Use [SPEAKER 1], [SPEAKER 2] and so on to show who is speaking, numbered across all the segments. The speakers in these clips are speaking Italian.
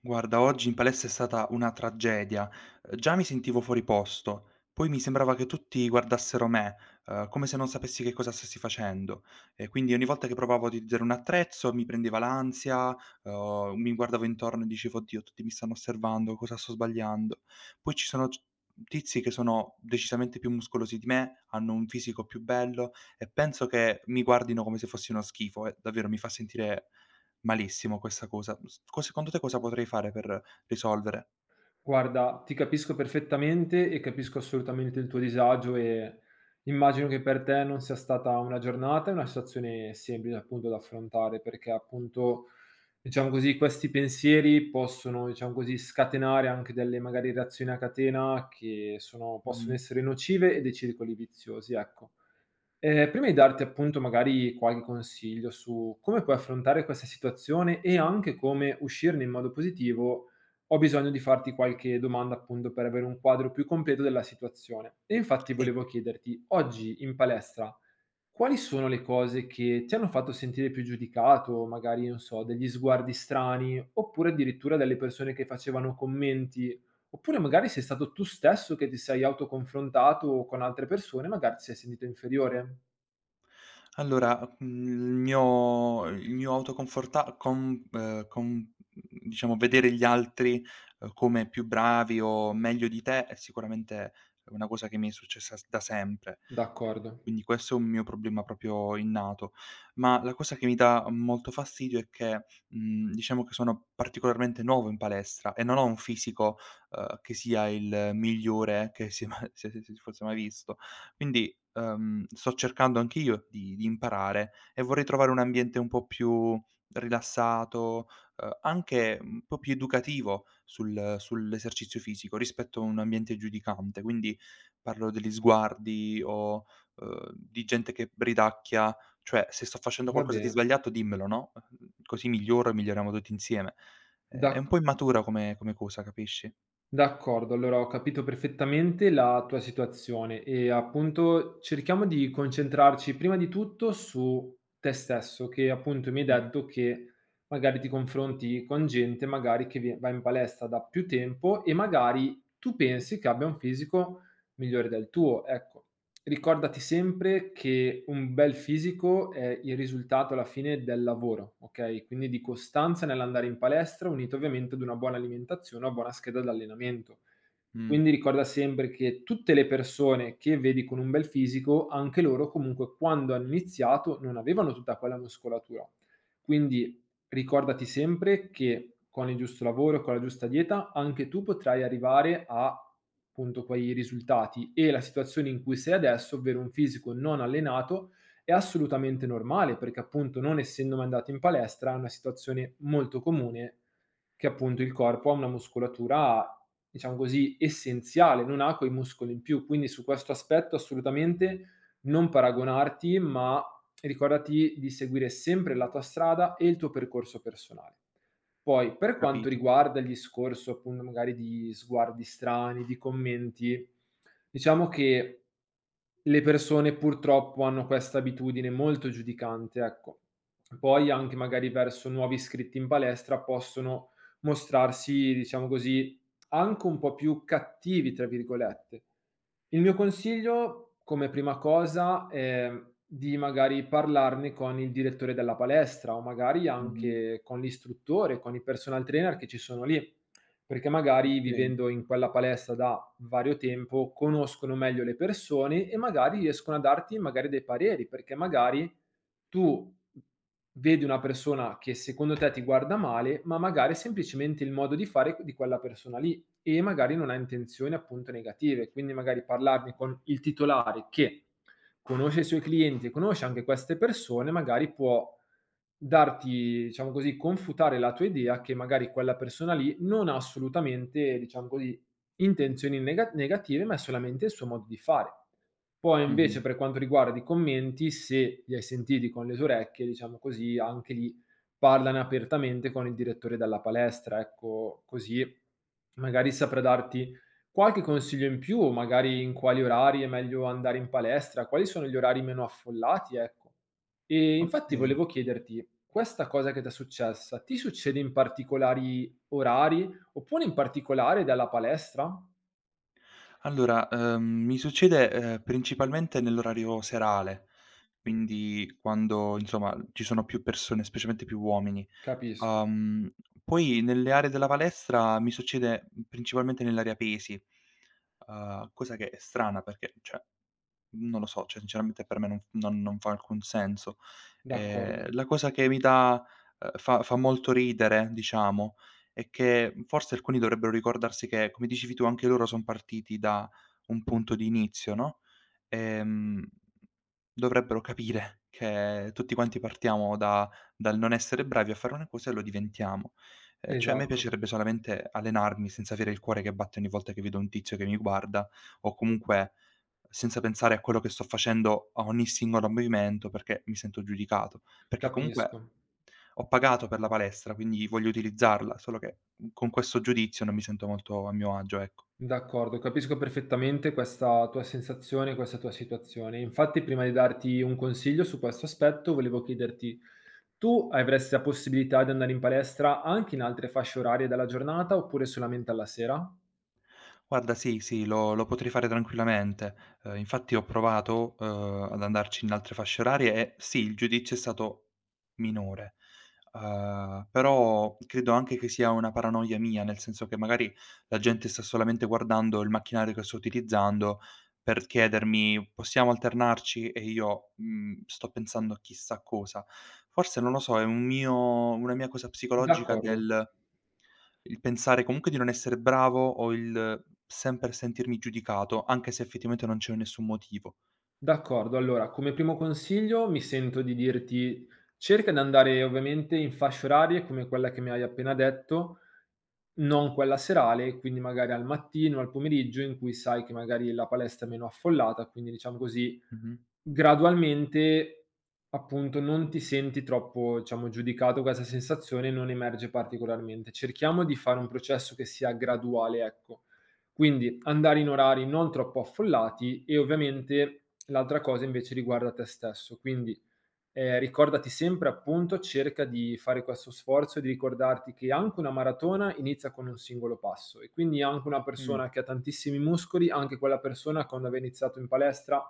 [SPEAKER 1] Guarda, oggi in palestra è stata una tragedia. Già mi sentivo fuori posto, poi mi sembrava che tutti guardassero me, come se non sapessi che cosa stessi facendo. E quindi ogni volta che provavo a utilizzare un attrezzo mi prendeva l'ansia, mi guardavo intorno e dicevo, oddio, tutti mi stanno osservando, cosa sto sbagliando? Poi ci sono tizi che sono decisamente più muscolosi di me, hanno un fisico più bello e penso che mi guardino come se fossi uno schifo e davvero mi fa sentire malissimo questa cosa. S co secondo te cosa potrei fare per risolvere?
[SPEAKER 2] Guarda, ti capisco perfettamente e capisco assolutamente il tuo disagio e immagino che per te non sia stata una giornata e una situazione semplice appunto da affrontare, perché appunto, diciamo così, questi pensieri possono, diciamo così, scatenare anche delle magari reazioni a catena che sono possono
[SPEAKER 1] Mh-mh.
[SPEAKER 2] essere nocive e dei circoli viziosi, ecco. Prima di darti appunto magari qualche consiglio su come puoi affrontare questa situazione e anche come uscirne in modo positivo, ho bisogno di farti qualche domanda appunto per avere un quadro più completo della situazione. E infatti
[SPEAKER 1] Sì.
[SPEAKER 2] volevo chiederti, oggi in palestra quali sono le cose che ti hanno fatto sentire più giudicato, magari non so, degli sguardi strani, oppure addirittura delle persone che facevano commenti, oppure magari sei stato tu stesso che ti sei autoconfrontato con altre persone, magari ti sei sentito inferiore?
[SPEAKER 1] Allora, il mio autoconforta con diciamo, vedere gli altri, come più bravi o meglio di te è sicuramente una cosa che mi è successa s da sempre,
[SPEAKER 2] D'accordo,
[SPEAKER 1] quindi questo è un mio problema proprio innato. Ma la cosa che mi dà molto fastidio è che, diciamo che sono particolarmente nuovo in palestra e non ho un fisico, che sia il migliore che si si fosse mai visto. Quindi sto cercando anch'io di imparare e vorrei trovare un ambiente un po' più rilassato, anche un po' più educativo sull'esercizio fisico rispetto a un ambiente giudicante. Quindi parlo degli sguardi o, di gente che bridacchia, cioè se sto facendo
[SPEAKER 2] va
[SPEAKER 1] qualcosa di
[SPEAKER 2] bene.
[SPEAKER 1] sbagliato dimmelo, no, così miglioro e miglioriamo tutti insieme. È
[SPEAKER 2] D'ac
[SPEAKER 1] un po' immatura come cosa, capisci?
[SPEAKER 2] d'accordo, allora ho capito perfettamente la tua situazione e appunto cerchiamo di concentrarci prima di tutto su te stesso, che appunto mi hai
[SPEAKER 1] Mh-mh.
[SPEAKER 2] detto che magari ti confronti con gente magari che vie va in palestra da più tempo e magari tu pensi che abbia un fisico migliore del tuo, ecco. Ricordati sempre che un bel fisico è il risultato alla fine del lavoro, okay, quindi di costanza nell'andare in palestra, unito ovviamente ad una buona alimentazione, una buona scheda d'allenamento.
[SPEAKER 1] Mh,
[SPEAKER 2] Quindi ricorda sempre che tutte le persone che vedi con un bel fisico, anche loro comunque quando hanno iniziato non avevano tutta quella muscolatura. Quindi ricordati sempre che con il giusto lavoro, con la giusta dieta, anche tu potrai arrivare a appunto quei risultati e la situazione in cui sei adesso, ovvero un fisico non allenato, è assolutamente normale perché appunto non essendo mai andato in palestra è una situazione molto comune che appunto il corpo ha una muscolatura diciamo così essenziale, non ha quei muscoli in più, quindi su questo aspetto assolutamente non paragonarti, e ricordati di seguire sempre la tua strada e il tuo percorso personale. Poi, per quanto
[SPEAKER 1] capito.
[SPEAKER 2] riguarda il discorso appunto magari di sguardi strani, di commenti, diciamo che le persone purtroppo hanno questa abitudine molto giudicante, ecco. Poi anche magari verso nuovi iscritti in palestra possono mostrarsi, diciamo così, anche un po' più "cattivi" tra virgolette. Il mio consiglio, come prima cosa, è di magari parlarne con il direttore della palestra o magari
[SPEAKER 1] Mh-mh.
[SPEAKER 2] anche con l'istruttore, con i personal trainer che ci sono lì, perché magari
[SPEAKER 1] Okay.
[SPEAKER 2] vivendo in quella palestra da vario tempo conoscono meglio le persone e magari riescono a darti magari dei pareri, perché magari tu vedi una persona che secondo te ti guarda male, ma magari è semplicemente il modo di fare di quella persona lì e magari non ha intenzioni appunto negative. Quindi magari parlarne con il titolare che conosce i suoi clienti e conosce anche queste persone, magari può darti, diciamo così, confutare la tua idea che magari quella persona lì non ha assolutamente, diciamo così, intenzioni negative, ma è solamente il suo modo di fare. Poi invece
[SPEAKER 1] Mh-mh.
[SPEAKER 2] per quanto riguarda i commenti, se li hai sentiti con le tue orecchie, diciamo così, anche lì parlane apertamente con il direttore della palestra, ecco, così magari saprà darti qualche consiglio in più, magari in quali orari è meglio andare in palestra, quali sono gli orari meno affollati, ecco. E infatti
[SPEAKER 1] Okay.
[SPEAKER 2] volevo chiederti, questa cosa che t'è successa, ti succede in particolari orari, oppure in particolare dalla palestra?
[SPEAKER 1] Allora, mi succede, principalmente nell'orario serale, quindi quando insomma ci sono più persone, specialmente più uomini.
[SPEAKER 2] Capisco,
[SPEAKER 1] Uhm, poi nelle aree della palestra mi succede principalmente nell'area pesi, cosa che è strana perché cioè non lo so, cioè sinceramente per me non f non non fa alcun senso.
[SPEAKER 2] d'accordo.
[SPEAKER 1] La cosa che mi dà fa fa molto ridere, diciamo, è che forse alcuni dovrebbero ricordarsi che, come dicevi tu, anche loro son partiti da un punto di inizio, no? Ehm, dovrebbero capire che tutti quanti partiamo da dal non essere bravi a fare una cosa e lo diventiamo. Cioè a me
[SPEAKER 2] Esatto,
[SPEAKER 1] piacerebbe solamente allenarmi senza avere il cuore che batte ogni volta che vedo un tizio che mi guarda, o comunque senza pensare a quello che sto facendo a ogni singolo movimento perché mi sento giudicato. Perché comunque
[SPEAKER 2] capisco.
[SPEAKER 1] ho pagato per la palestra, quindi voglio utilizzarla, solo che con questo giudizio non mi sento molto a mio agio, ecco.
[SPEAKER 2] D'accordo, capisco perfettamente questa tua sensazione, questa tua situazione. Infatti, prima di darti un consiglio su questo aspetto, volevo chiederti, tu avresti la possibilità di andare in palestra anche in altre fasce orarie della giornata oppure solamente alla sera?
[SPEAKER 1] Guarda, sì, sì, lo potrei fare tranquillamente. Infatti ho provato, ad andarci in altre fasce orarie e sì, il giudizio è stato minore. Però credo anche che sia una paranoia mia, nel senso che magari la gente sta solamente guardando il macchinario che sto utilizzando per chiedermi: "Possiamo alternarci?" E io, sto pensando a chissà cosa. Forse non lo so, è un mio una mia cosa psicologica
[SPEAKER 2] D'accordo,
[SPEAKER 1] del il pensare comunque di non essere bravo o il sempre sentirmi giudicato, anche se effettivamente non c'è nessun motivo.
[SPEAKER 2] d'accordo. Allora, come primo consiglio mi sento di dirti cerca di andare ovviamente in fasce orarie come quella che mi hai appena detto, non quella serale, quindi magari al mattino, al pomeriggio in cui sai che magari la palestra è meno affollata, quindi diciamo così,
[SPEAKER 1] Mh-mh.
[SPEAKER 2] gradualmente appunto non ti senti troppo, diciamo, giudicato, questa sensazione non emerge particolarmente. Cerchiamo di fare un processo che sia graduale, ecco. Quindi andare in orari non troppo affollati e ovviamente l'altra cosa invece riguarda te stesso. Quindi ricordati sempre appunto, cerca di fare questo sforzo e di ricordarti che anche una maratona inizia con un singolo passo e quindi anche una
[SPEAKER 1] Mh.
[SPEAKER 2] persona che ha tantissimi muscoli, anche quella persona quando aveva iniziato in palestra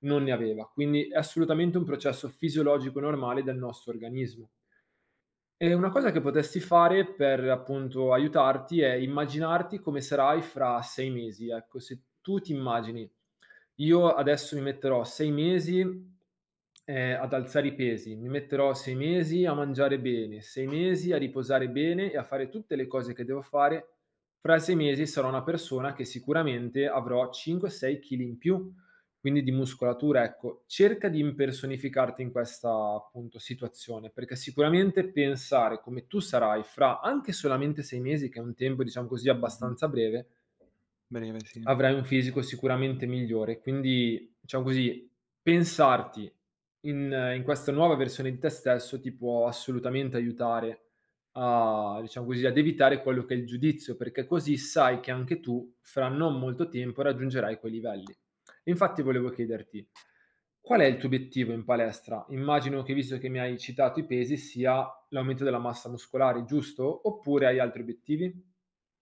[SPEAKER 2] non ne aveva. Quindi è assolutamente un processo fisiologico normale del nostro organismo. Una cosa che potresti fare per, appunto, aiutarti è immaginarti come sarai fra 6 mesi, ecco. Se tu ti immagini: "Io adesso mi metterò 6 mesi, ad alzare i pesi, mi metterò 6 mesi a mangiare bene, 6 mesi a riposare bene e a fare tutte le cose che devo fare, fra 6 mesi sarò una persona che sicuramente avrò 5, 6 chili in più". Quindi di muscolatura, ecco, cerca di impersonificarti in questa, appunto, situazione, perché sicuramente pensare come tu sarai fra anche solamente 6 mesi, che è un tempo, diciamo così,
[SPEAKER 1] Mh-mh.
[SPEAKER 2] abbastanza breve,
[SPEAKER 1] Breve, sì.
[SPEAKER 2] avrai un fisico sicuramente migliore. Quindi, diciamo così, pensarti in questa nuova versione di te stesso ti può assolutamente aiutare a diciamo così, ad evitare quello che è il giudizio, perché così sai che anche tu fra non molto tempo raggiungerai quei livelli. Infatti volevo chiederti: qual è il tuo obiettivo in palestra? Immagino che, visto che mi hai citato i pesi, sia l'aumento della massa muscolare, giusto? Oppure hai altri obiettivi?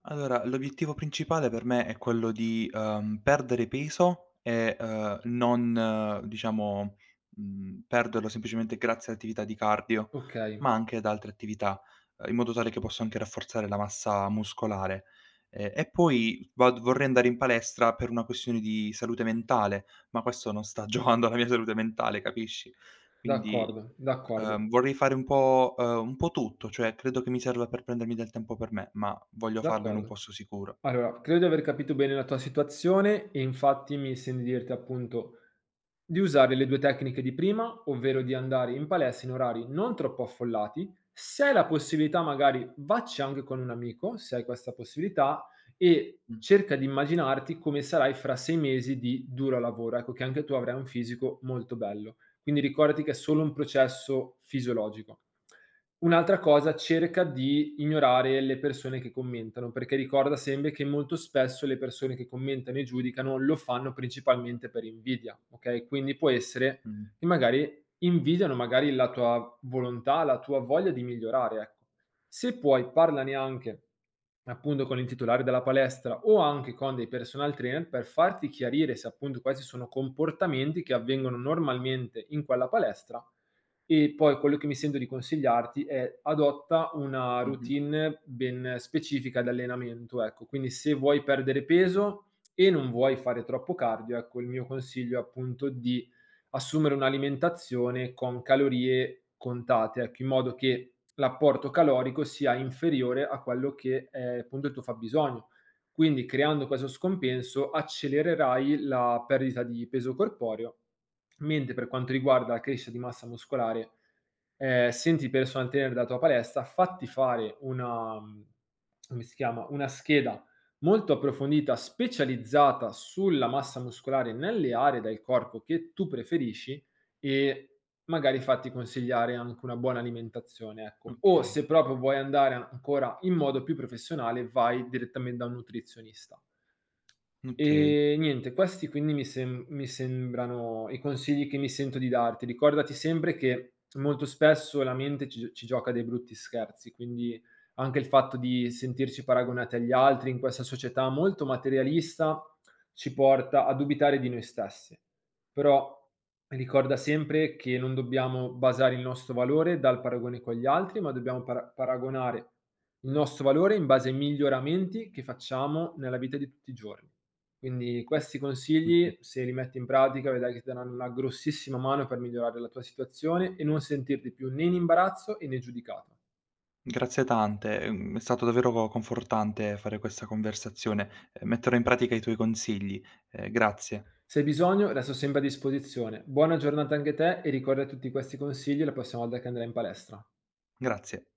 [SPEAKER 1] Allora, l'obiettivo principale per me è quello di, perdere peso e, non diciamo, perderlo semplicemente grazie all'attività di cardio,
[SPEAKER 2] Okay,
[SPEAKER 1] ma anche ad altre attività, in modo tale che posso anche rafforzare la massa muscolare. E poi vad vorrei andare in palestra per una questione di salute mentale, ma questo non sta giovando alla mia salute mentale, capisci? Quindi
[SPEAKER 2] d'accordo, d'accordo.
[SPEAKER 1] Vorrei fare un po' tutto, cioè credo che mi serva per prendermi del tempo per me, ma voglio farlo in un
[SPEAKER 2] D'accordo.
[SPEAKER 1] posto sicuro.
[SPEAKER 2] Allora, credo di aver capito bene la tua situazione e infatti mi sento di dirti appunto di usare le 2 tecniche di prima, ovvero di andare in palestra in orari non troppo affollati. Se hai la possibilità magari vacci anche con un amico, se hai questa possibilità, e
[SPEAKER 1] Mh,
[SPEAKER 2] cerca di immaginarti come sarai fra 6 mesi di duro lavoro, ecco che anche tu avrai un fisico molto bello. Quindi ricordati che è solo un processo fisiologico. Un'altra cosa, cerca di ignorare le persone che commentano, perché ricorda sempre che molto spesso le persone che commentano e giudicano lo fanno principalmente per invidia, ok? Quindi può essere
[SPEAKER 1] mh,
[SPEAKER 2] che magari invidiano magari la tua volontà, la tua voglia di migliorare, ecco. Se puoi parlane anche appunto con il titolare della palestra o anche con dei personal trainer per farti chiarire se appunto questi sono comportamenti che avvengono normalmente in quella palestra e poi quello che mi sento di consigliarti è adotta una
[SPEAKER 1] mh-mh.
[SPEAKER 2] routine ben specifica di allenamento, ecco. Quindi se vuoi perdere peso e non vuoi fare troppo cardio, ecco, il mio consiglio è appunto di assumere un'alimentazione con calorie contate, ecco, in modo che l'apporto calorico sia inferiore a quello che è appunto il tuo fabbisogno. Quindi creando questo scompenso accelererai la perdita di peso corporeo, mentre per quanto riguarda la crescita di massa muscolare, senti il personal trainer della tua palestra, fatti fare una, come si chiama, una scheda molto approfondita, specializzata sulla massa muscolare nelle aree del corpo che tu preferisci e magari fatti consigliare anche una buona alimentazione, ecco. O
[SPEAKER 1] Okay,
[SPEAKER 2] se proprio vuoi andare ancora in modo più professionale, vai direttamente da un nutrizionista.
[SPEAKER 1] okay.
[SPEAKER 2] Niente, questi quindi mi sembrano i consigli che mi sento di darti. Ricordati sempre che molto spesso la mente ci gioca dei brutti scherzi, quindi anche il fatto di sentirci paragonati agli altri in questa società molto materialista ci porta a dubitare di noi stessi. Però, ricorda sempre che non dobbiamo basare il nostro valore dal paragone con gli altri, ma dobbiamo paragonare il nostro valore in base ai miglioramenti che facciamo nella vita di tutti i giorni. Quindi questi
[SPEAKER 1] Mh-mh.
[SPEAKER 2] consigli, se li metti in pratica, vedrai che ti daranno una grossissima mano per migliorare la tua situazione e non sentirti più né in imbarazzo e né giudicato.
[SPEAKER 1] Grazie tante, è stato davvero confortante fare questa conversazione. Metterò in pratica i tuoi consigli. Grazie,
[SPEAKER 2] Se hai bisogno, resto sempre a disposizione. Buona giornata anche a te e ricorda tutti questi consigli la prossima volta che andrai in palestra.
[SPEAKER 1] grazie.